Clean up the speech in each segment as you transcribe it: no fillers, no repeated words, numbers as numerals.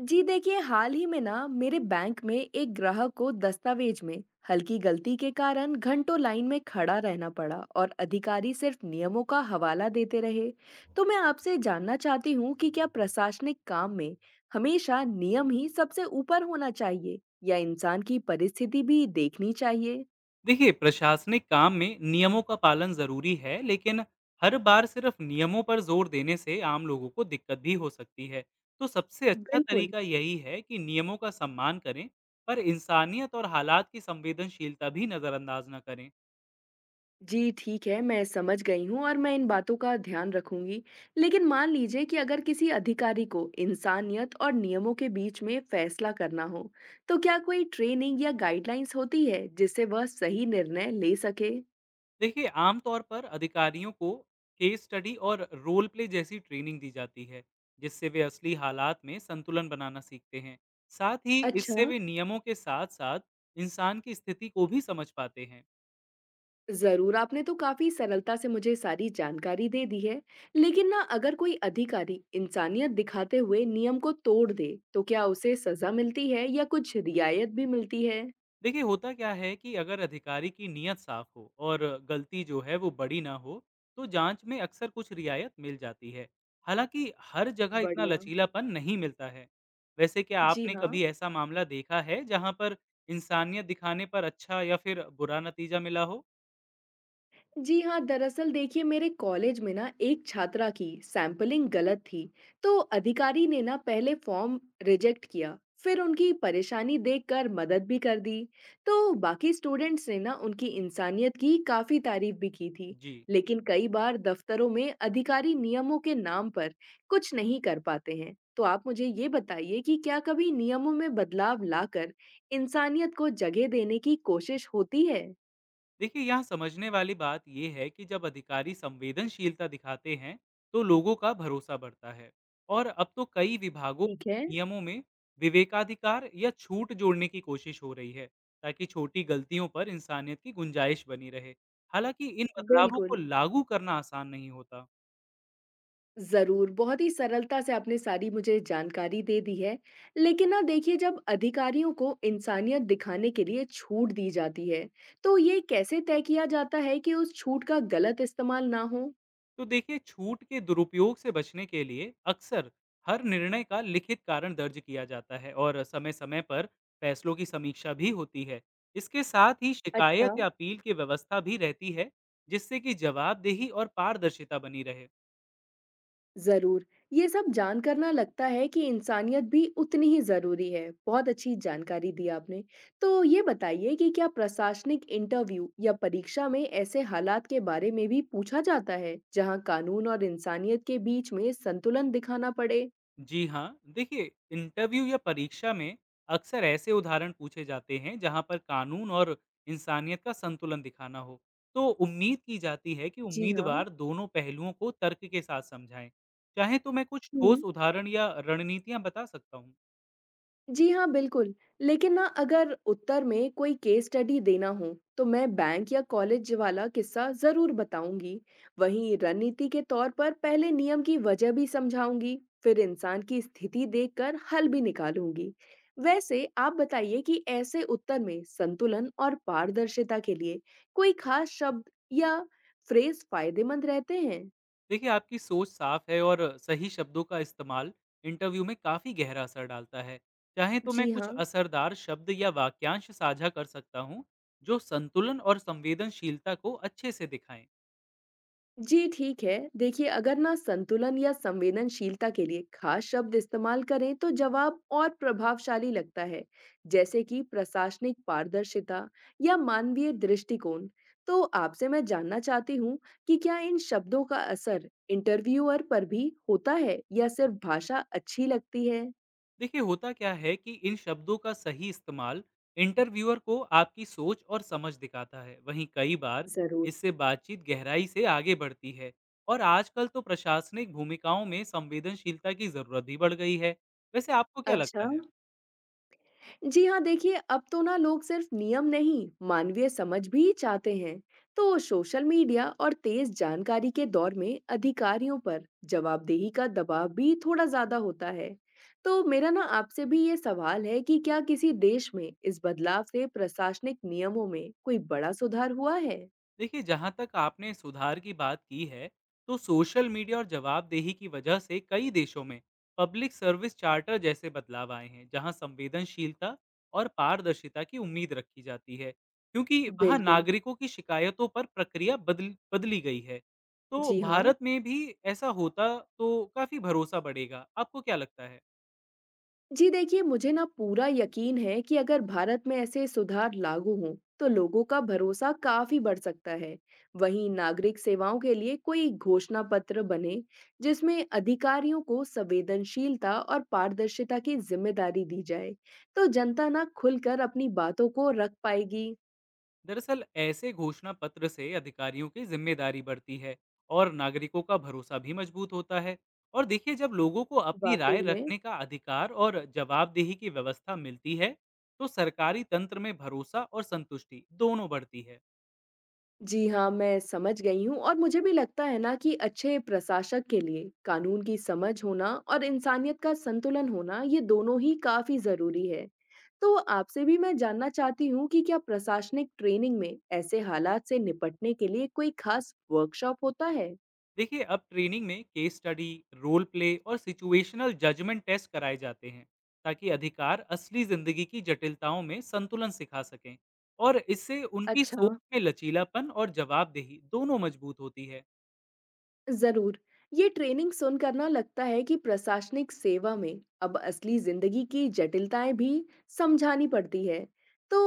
जी देखिए हाल ही में ना मेरे बैंक में एक ग्राहक को दस्तावेज में हल्की गलती के कारण घंटों लाइन में खड़ा रहना पड़ा और अधिकारी सिर्फ नियमों का हवाला देते रहे। तो मैं आपसे जानना चाहती हूँ कि क्या प्रशासनिक काम में हमेशा नियम ही सबसे ऊपर होना चाहिए या इंसान की परिस्थिति भी देखनी चाहिए। देखिए प्रशासनिक काम में नियमों का पालन जरूरी है, लेकिन हर बार सिर्फ नियमों पर जोर देने से आम लोगों को दिक्कत भी हो सकती है। तो सबसे अच्छा बिल्कुल। तरीका यही है कि नियमों का सम्मान करें, पर इंसानियत और हालात की संवेदनशीलता भी नज़रअंदाज न करें। जी ठीक है, मैं समझ गई हूँ और मैं इन बातों का ध्यान रखूंगी। लेकिन मान लीजिए कि अगर किसी अधिकारी को इंसानियत और नियमों के बीच में फैसला करना हो, तो क्या कोई ट्रेनिंग या गाइडलाइंस होती है जिससे वह सही निर्णय ले सके? देखिए आमतौर पर अधिकारियों को केस स्टडी और रोल प्ले जैसी ट्रेनिंग दी जाती है, जिससे वे असली हालात में संतुलन बनाना सीखते हैं। साथ ही इससे अच्छा, वे नियमों के साथ साथ इंसान की स्थिति को भी समझ पाते हैं। जरूर। आपने तो काफी सरलता से मुझे सारी जानकारी दे दी है। लेकिन ना अगर कोई अधिकारी इंसानियत दिखाते हुए नियम को तोड़ दे, तो क्या उसे सजा मिलती है या कुछ रियायत भी मिलती है? देखिए होता क्या है कि अगर अधिकारी की नीयत साफ हो और गलती जो है वो बड़ी ना हो, तो जांच में अक्सर कुछ रियायत मिल जाती है। हालांकि हर जगह इतना बढ़िया। लचीलापन नहीं मिलता है। वैसे क्या जी आपने हाँ। कभी ऐसा मामला देखा है जहां पर इंसानियत दिखाने पर अच्छा या फिर बुरा नतीजा मिला हो? जी हाँ, दरअसल देखिए मेरे कॉलेज में ना एक छात्रा की सैंपलिंग गलत थी। तो अधिकारी ने ना पहले फॉर्म रिजेक्ट किया, फिर उनकी परेशानी देखकर मदद भी कर दी। तो बाकी स्टूडेंट्स ने ना उनकी इंसानियत की काफी तारीफ भी की थी। जी, लेकिन कई बार दफ्तरों में अधिकारी नियमों के नाम पर कुछ नहीं कर पाते हैं। तो आप मुझे ये बताइए कि क्या कभी नियमों में बदलाव लाकर इंसानियत को जगह देने की कोशिश होती है? देखिए यहाँ समझने वाली बात यह है कि जब अधिकारी संवेदनशीलता दिखाते हैं तो लोगों का भरोसा बढ़ता है। और अब तो कई विभागों ठीक है। नियमों में विवेकाधिकार या छूट जोड़ने की कोशिश हो रही है, ताकि छोटी गलतियों पर इंसानियत की गुंजाइश बनी रहे। हालांकि इन बदलावों को बिल्कुल। लागू करना आसान नहीं होता। ज़रूर, बहुत ही सरलता से आपने सारी मुझे जानकारी दे दी है। लेकिन ना देखिए जब अधिकारियों को इंसानियत दिखाने के लिए छूट दी जाती है, तो ये कैसे तय किया जाता है कि उस छूट का गलत इस्तेमाल ना हो? तो देखिए छूट के दुरुपयोग से बचने के लिए अक्सर हर निर्णय का लिखित कारण दर्ज किया जाता है, और समय समय पर फैसलों की समीक्षा भी होती है। इसके साथ ही अच्छा। शिकायत या अपील की व्यवस्था भी रहती है, जिससे कि जवाबदेही और पारदर्शिता बनी रहे। जरूर। ये सब जानकर ना लगता है कि इंसानियत भी उतनी ही जरूरी है। बहुत अच्छी जानकारी दी आपने। तो ये बताइए कि क्या प्रशासनिक इंटरव्यू या परीक्षा में ऐसे हालात के बारे में भी पूछा जाता है जहां कानून और इंसानियत के बीच में संतुलन दिखाना पड़े? जी हाँ, देखिए इंटरव्यू या परीक्षा में अक्सर ऐसे उदाहरण पूछे जाते हैं जहाँ पर कानून और इंसानियत का संतुलन दिखाना हो। तो उम्मीद की जाती है कि जी हाँ। उम्मीदवार दोनों पहलुओं को तर्क के साथ समझाएं। चाहे तो मैं कुछ हम्म। ठोस उदाहरण या रणनीतियाँ बता सकता हूँ। जी हाँ, बिल्कुल। लेकिन ना अगर उत्तर में कोई केस स्टडी देना हो, तो मैं बैंक या कॉलेज वाला किस्सा ज़रूर बताऊँगी। वहीं रणनीति के तौर पर पहले नियम की वजह भी समझाऊँगी, फिर इंसान की स्थिति देखकर हल भी निकालूँगी। वैसे आप बताइए कि ऐसे उत्तर में संतुलन और पारदर्शिता के लिए कोई खास शब्द या फ्रेज़ फ़ायदेमंद रहते हैं? देखिए आपकी सोच साफ है, और सही शब्दों का इस्तेमाल इंटरव्यू में काफ़ी गहरा असर डालता है। चाहे तो मैं जी कुछ हाँ। असरदार शब्द या वाक्यांश साझा कर सकता हूँ, जो संतुलन और संवेदनशीलता को अच्छे से दिखाएं। जी ठीक है, देखिए अगर ना संतुलन या संवेदनशीलता के लिए खास शब्द इस्तेमाल करें तो जवाब और प्रभावशाली लगता है, जैसे कि प्रशासनिक पारदर्शिता या मानवीय दृष्टिकोण। तो आपसे मैं जानना चाहती हूँ कि क्या इन शब्दों का असर इंटरव्यूअर पर भी होता है या सिर्फ भाषा अच्छी लगती है? देखिए होता क्या है कि इन शब्दों का सही इस्तेमाल इंटरव्यूअर को आपकी सोच और समझ दिखाता है। वहीं कई बार जरूर। इससे बातचीत गहराई से आगे बढ़ती है, और आजकल तो प्रशासनिक भूमिकाओं में संवेदनशीलता की जरूरत भी बढ़ गई है। वैसे आपको क्या अच्छा। लगता है? जी हाँ, देखिए अब तो ना लोग सिर्फ नियम नहीं मानवीय समझ भी चाहते हैं। तो सोशल मीडिया और तेज जानकारी के दौर में अधिकारियों पर जवाबदेही का दबाव भी थोड़ा ज्यादा होता है। तो मेरा ना आपसे भी ये सवाल है कि क्या किसी देश में इस बदलाव से प्रशासनिक नियमों में कोई बड़ा सुधार हुआ है? देखिए जहाँ तक आपने सुधार की बात की है, तो सोशल मीडिया और जवाबदेही की वजह से कई देशों में पब्लिक सर्विस चार्टर जैसे बदलाव आए हैं, जहाँ संवेदनशीलता और पारदर्शिता की उम्मीद रखी जाती है, क्योंकि वहाँ बिल्कुल। नागरिकों की शिकायतों पर प्रक्रिया बदल बदली गई है। तो जी हाँ। भारत में भी ऐसा होता तो काफी भरोसा बढ़ेगा। आपको क्या लगता है? जी देखिए मुझे ना पूरा यकीन है कि अगर भारत में ऐसे सुधार लागू हों तो लोगों का भरोसा काफी बढ़ सकता है। वहीं नागरिक सेवाओं के लिए कोई घोषणा पत्र बने जिसमें अधिकारियों को संवेदनशीलता और पारदर्शिता की जिम्मेदारी दी जाए, तो जनता ना खुलकर अपनी बातों को रख पाएगी। दरअसल ऐसे घोषणा पत्र से अधिकारियों की जिम्मेदारी बढ़ती है, और नागरिकों का भरोसा भी मजबूत होता है। और देखिए जब लोगों को अपनी वाकई राय में। रखने का अधिकार और जवाबदेही की व्यवस्था मिलती है, तो सरकारी तंत्र में भरोसा और संतुष्टि दोनों बढ़ती है। जी हाँ, मैं समझ गई हूँ और मुझे भी लगता है ना कि अच्छे प्रशासक के लिए कानून की समझ होना और इंसानियत का संतुलन होना, ये दोनों ही काफी जरूरी है। तो आपसे भी मैं जानना चाहती हूँ कि क्या प्रशासनिक ट्रेनिंग में ऐसे हालात से निपटने के लिए कोई खास वर्कशॉप होता है? देखिए अब ट्रेनिंग में केस स्टडी, रोल प्ले और सिचुएशनल जजमेंट टेस्ट कराए जाते हैं, ताकि अधिकार असली जिंदगी की जटिलताओं में संतुलन सिखा सकें। और इससे उनकी अच्छा। सोच में लचीलापन और जवाबदेही दोनों मजबूत होती है। जरूर। ये ट्रेनिंग सुनकर ना लगता है कि प्रशासनिक सेवा में अब असली जिंदगी की जटिलताएं भी समझानी पड़ती है। तो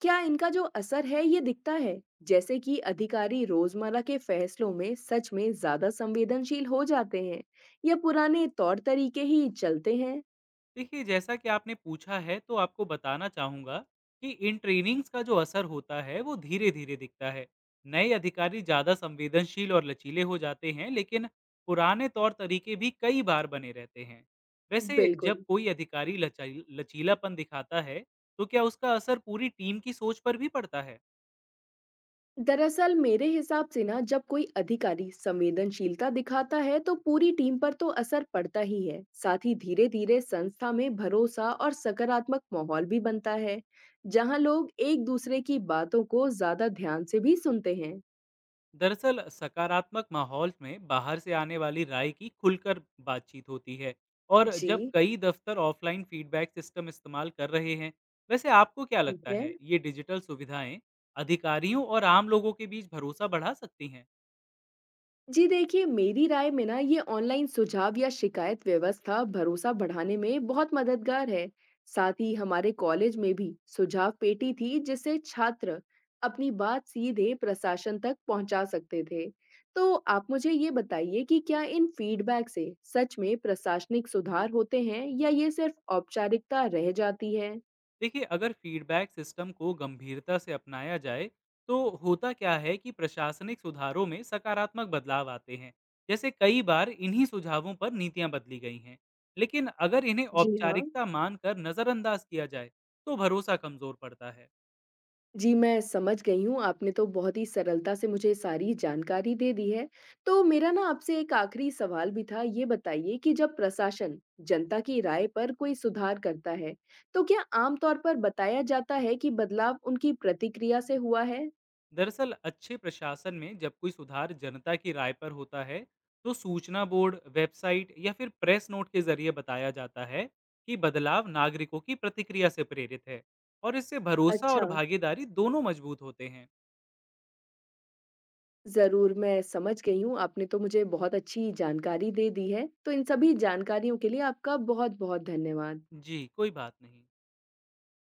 क्या इनका जो असर है ये दिखता है? जैसे कि अधिकारी रोजमर्रा के फैसलों में सच में ज्यादा संवेदनशील हो जाते हैं या पुराने तौर तरीके ही चलते हैं? देखिए जैसा कि आपने पूछा है, तो आपको बताना चाहूँगा कि इन ट्रेनिंग्स का जो असर होता है वो धीरे धीरे दिखता है। नए अधिकारी ज़्यादा संवेदनशील और लचीले हो जाते हैं, लेकिन पुराने तौर तरीके भी कई बार बने रहते हैं। वैसे जब बिल्कुल। कोई अधिकारी लचीलापन दिखाता है, तो क्या उसका असर पूरी टीम की सोच पर भी पड़ता है? दरअसल मेरे हिसाब से ना जब कोई अधिकारी संवेदनशीलता दिखाता है तो पूरी टीम पर तो असर पड़ता ही है, साथ ही धीरे धीरे संस्था में भरोसा और सकारात्मक माहौल भी बनता है जहां लोग एक दूसरे की बातों को ज्यादा ध्यान से भी सुनते हैं। दरअसल सकारात्मक माहौल में बाहर से आने वाली राय की खुलकर बातचीत होती है, और जब जी। कई दफ्तर ऑफलाइन फीडबैक सिस्टम इस्तेमाल कर रहे हैं। वैसे आपको क्या ठीक लगता है। है, ये डिजिटल सुविधाएं अधिकारियों और आम लोगों के बीच भरोसा बढ़ा सकती हैं? जी देखिए मेरी राय में ना ये ऑनलाइन सुझाव या शिकायत व्यवस्था भरोसा बढ़ाने में बहुत मददगार है। साथ ही हमारे कॉलेज में भी सुझाव पेटी थी जिससे छात्र अपनी बात सीधे प्रशासन तक पहुंचा सकते थे। तो आप मुझे ये बताइए कि क्या इन फीडबैक से सच में प्रशासनिक सुधार होते हैं या ये सिर्फ औपचारिकता रह जाती है? देखिए अगर फीडबैक सिस्टम को गंभीरता से अपनाया जाए, तो होता क्या है कि प्रशासनिक सुधारों में सकारात्मक बदलाव आते हैं। जैसे कई बार इन्हीं सुझावों पर नीतियां बदली गई हैं। लेकिन अगर इन्हें जी हाँ। औपचारिकता मानकर नज़रअंदाज किया जाए, तो भरोसा कमज़ोर पड़ता है। जी, मैं समझ गई हूँ, आपने तो बहुत ही सरलता से मुझे सारी जानकारी दे दी है। तो मेरा ना आपसे एक आखिरी सवाल भी था, ये बताइए कि जब प्रशासन जनता की राय पर कोई सुधार करता है, तो क्या आम तौर पर बताया जाता है कि बदलाव उनकी प्रतिक्रिया से हुआ है? दरअसल अच्छे प्रशासन में जब कोई सुधार जनता की राय पर होता है, तो सूचना बोर्ड, वेबसाइट या फिर प्रेस नोट के जरिए बताया जाता है कि बदलाव नागरिकों की प्रतिक्रिया से प्रेरित है। और इससे भरोसा अच्छा, और भागीदारी दोनों मजबूत होते हैं। ज़रूर, मैं समझ गई हूँ, आपने तो मुझे बहुत अच्छी जानकारी दे दी है। तो इन सभी जानकारियों के लिए आपका बहुत-बहुत धन्यवाद। जी, कोई बात नहीं।